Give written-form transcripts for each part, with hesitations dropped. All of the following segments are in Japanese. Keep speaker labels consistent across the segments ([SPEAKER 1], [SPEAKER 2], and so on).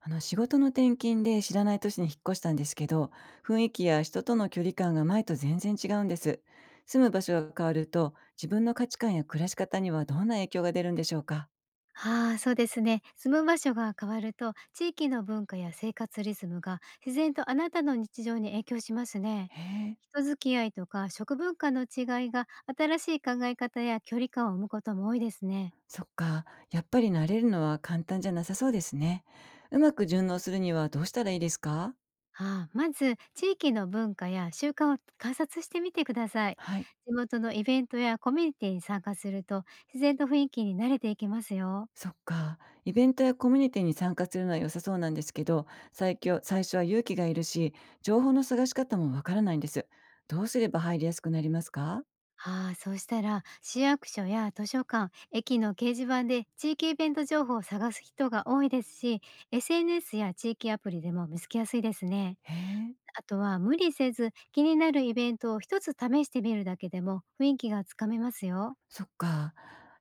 [SPEAKER 1] あの仕事の転勤で知らない都市に引っ越したんですけど、雰囲気や人との距離感が前と全然違うんです。住む場所が変わると自分の価値観や暮らし方にはどんな影響が出るんでしょうか。
[SPEAKER 2] ああ、そうですね。住む場所が変わると、地域の文化や生活リズムが自然とあなたの日常に影響しますね。
[SPEAKER 1] へえ。
[SPEAKER 2] 人付き合いとか食文化の違いが、新しい考え方や距離感を生むことも多いですね。
[SPEAKER 1] そっか、やっぱり慣れるのは簡単じゃなさそうですね。うまく順応するにはどうしたらいいですか。
[SPEAKER 2] ああ、まず地域の文化や習慣を観察してみてください。
[SPEAKER 1] はい。
[SPEAKER 2] 地元のイベントやコミュニティに参加すると、自然と雰囲気に慣れていきますよ。
[SPEAKER 1] そっか、イベントやコミュニティに参加するのは良さそうなんですけど、最初は勇気がいるし、情報の探し方もわからないんです。どうすれば入りやすくなりますか。
[SPEAKER 2] ああ、そうしたら、市役所や図書館、駅の掲示板で地域イベント情報を探す人が多いですし、SNS や地域アプリでも見つけやすいですね。
[SPEAKER 1] へえ、
[SPEAKER 2] あとは無理せず、気になるイベントを一つ試してみるだけでも雰囲気がつかめますよ。
[SPEAKER 1] そっか。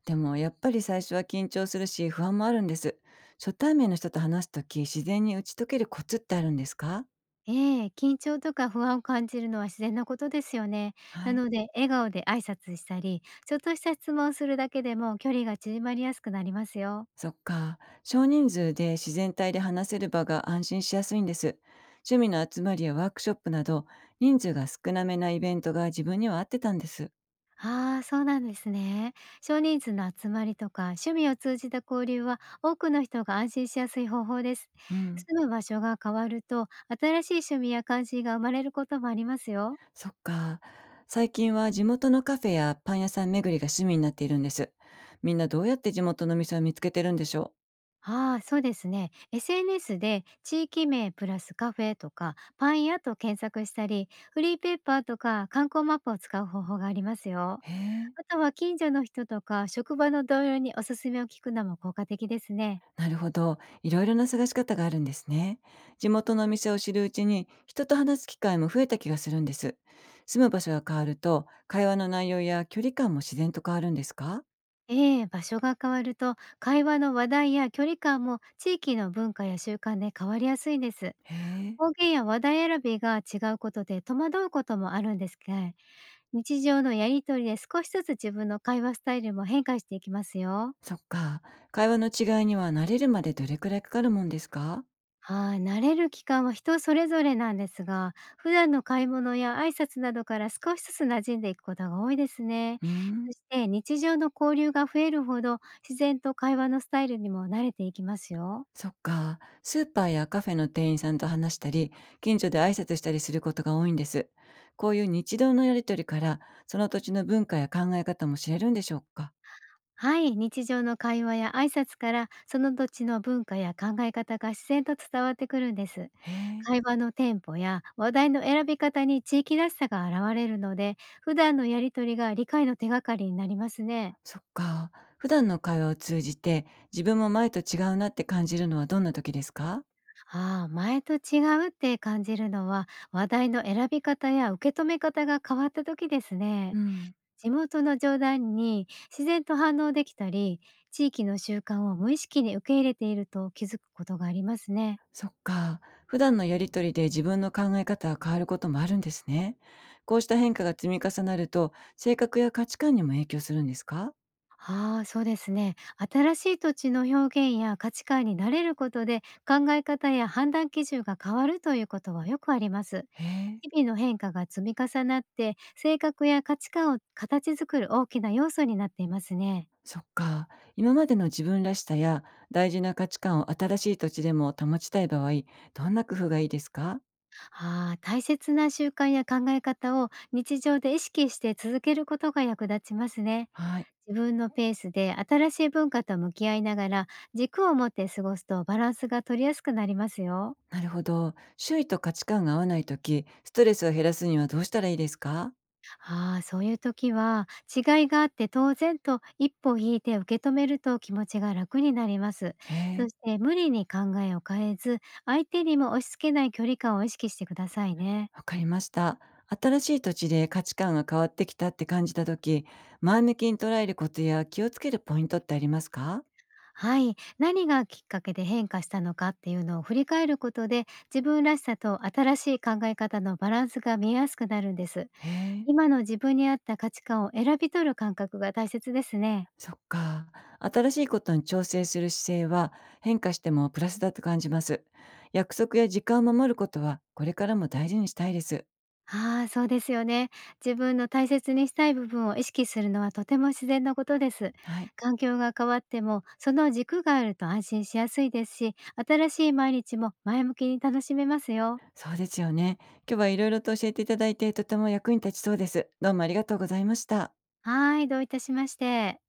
[SPEAKER 1] でもやっぱり最初は緊張するし、不安もあるんです。初対面の人と話すとき、自然に打ち解けるコツってあるんですか。
[SPEAKER 2] ええ、緊張とか不安を感じるのは自然なことですよね。な
[SPEAKER 1] はい。
[SPEAKER 2] ので、笑顔で挨拶したり、ちょっとした質問をするだけでも距離が縮まりやすくなりますよ。
[SPEAKER 1] そっか。少人数で自然体で話せる場が安心しやすいんです。趣味の集まりやワークショップなど、人数が少なめなイベントが自分には合ってたんです。
[SPEAKER 2] ああ、そうなんですね。少人数の集まりとか、趣味を通じた交流は、多くの人が安心しやすい方法です。
[SPEAKER 1] うん。
[SPEAKER 2] 住む場所が変わると、新しい趣味や関心が生まれることもありますよ。
[SPEAKER 1] そっか。最近は地元のカフェやパン屋さん巡りが趣味になっているんです。みんなどうやって地元の店を見つけてるんでしょ
[SPEAKER 2] ああ、そうですね。SNS で地域名プラスカフェとか、パン屋と検索したり、フリーペーパーとか観光マップを使う方法がありますよ。
[SPEAKER 1] う。へえ。
[SPEAKER 2] あとは近所の人とか、職場の同僚におすすめを聞くのも効果的ですね。
[SPEAKER 1] なるほど、いろいろな探し方があるんですね。地元のお店を知るうちに人と話す機会も増えた気がするんです。住む場所が変わると会話の内容や距離感も自然と変わるんですか。
[SPEAKER 2] ええ、場所が変わると、会話の話題や距離感も地域の文化や習慣で変わりやすいです。
[SPEAKER 1] へえ、
[SPEAKER 2] 方言や話題選びが違うことで戸惑うこともあるんですが、日常のやりとりで少しずつ自分の会話スタイルも変化していきますよ。
[SPEAKER 1] そっか。会話の違いには慣れるまでどれくらいかかるもんですか。
[SPEAKER 2] はい、慣れる期間は人それぞれなんですが、普段の買い物や挨拶などから少しずつ馴染んでいくことが多いですね。
[SPEAKER 1] うー
[SPEAKER 2] そ
[SPEAKER 1] ん、
[SPEAKER 2] して、日常の交流が増えるほど、自然と会話のスタイルにも慣れていきますよ。
[SPEAKER 1] そっか。スーパーやカフェの店員さんと話したり、近所で挨拶したりすることが多いんです。こういう日常のやりとりから、その土地の文化や考え方も知れるんでしょうか。
[SPEAKER 2] はい、日常の会話や挨拶から、その土地の文化や考え方が自然と伝わってくるんです。
[SPEAKER 1] へえ。
[SPEAKER 2] 会話のテンポや話題の選び方に地域らしさが現れるので、普段のやりとりが理解の手がかりになりますね。
[SPEAKER 1] そっか。普段の会話を通じて、自分も前と違うなって感じるのはどんな時ですか？
[SPEAKER 2] ああ、前と違うって感じるのは、話題の選び方や受け止め方が変わった時です
[SPEAKER 1] う
[SPEAKER 2] ね。
[SPEAKER 1] ん、
[SPEAKER 2] 地元の冗談に自然と反応できたり、地域の習慣を無意識に受け入れていると気づくことがありますね。
[SPEAKER 1] そっか。普段のやり取りで自分の考え方が変わることもあるんですね。こうした変化が積み重なると、性格や価値観にも影響するんですか？
[SPEAKER 2] ああ、そうですね。新しい土地の表現や価値観に慣れることで、考え方や判断基準が変わるということはよくあります。
[SPEAKER 1] へえ、
[SPEAKER 2] 日々の変化が積み重なって、性格や価値観を形作る大きな要素になっていますね。
[SPEAKER 1] そっか。今までの自分らしさや大事な価値観を新しい土地でも保ちたい場合、どんな工夫がいいですか？
[SPEAKER 2] ああ、大切な習慣や考え方を日常で意識して続けることが役立ちますね。
[SPEAKER 1] はい、
[SPEAKER 2] 自分のペースで新しい文化と向き合いながら、軸を持って過ごすとバランスが取りやすくなりますよ。
[SPEAKER 1] なるほど。周囲と価値観が合わない時、ストレスを減らすにはどうしたらいいですか？
[SPEAKER 2] ああ、そういう時は、違いがあって当然と一歩引いて受け止めると気持ちが楽になります。
[SPEAKER 1] へ
[SPEAKER 2] そ
[SPEAKER 1] え、
[SPEAKER 2] して、無理に考えを変えず、相手にも押し付けない距離感を意識してくださいね。
[SPEAKER 1] わかりました。新しい土地で価値観が変わってきたって感じた時、前向きに捉えることや気をつけるポイントってありますか。
[SPEAKER 2] はい、何がきっかけで変化したのかっていうのを振り返ることで、自分らしさと新しい考え方のバランスが見えやすくなるんです。
[SPEAKER 1] へえ、
[SPEAKER 2] 今の自分に合った価値観を選び取る感覚が大切ですね。
[SPEAKER 1] そっか。新しいことに調整する姿勢は変化してもプラスだと感じます。約束や時間を守ることはこれからも大事にしたいです。
[SPEAKER 2] ああ、そうですよね。自分の大切にしたい部分を意識するのはとても自然なことです。
[SPEAKER 1] はい、
[SPEAKER 2] 環境が変わっても、その軸があると安心しやすいですし、新しい毎日も前向きに楽しめますよ。
[SPEAKER 1] そうですよね。今日はいろいろと教えていただいてとても役に立ちそうです。どうもありがとうございました。
[SPEAKER 2] はい、どういたしまして。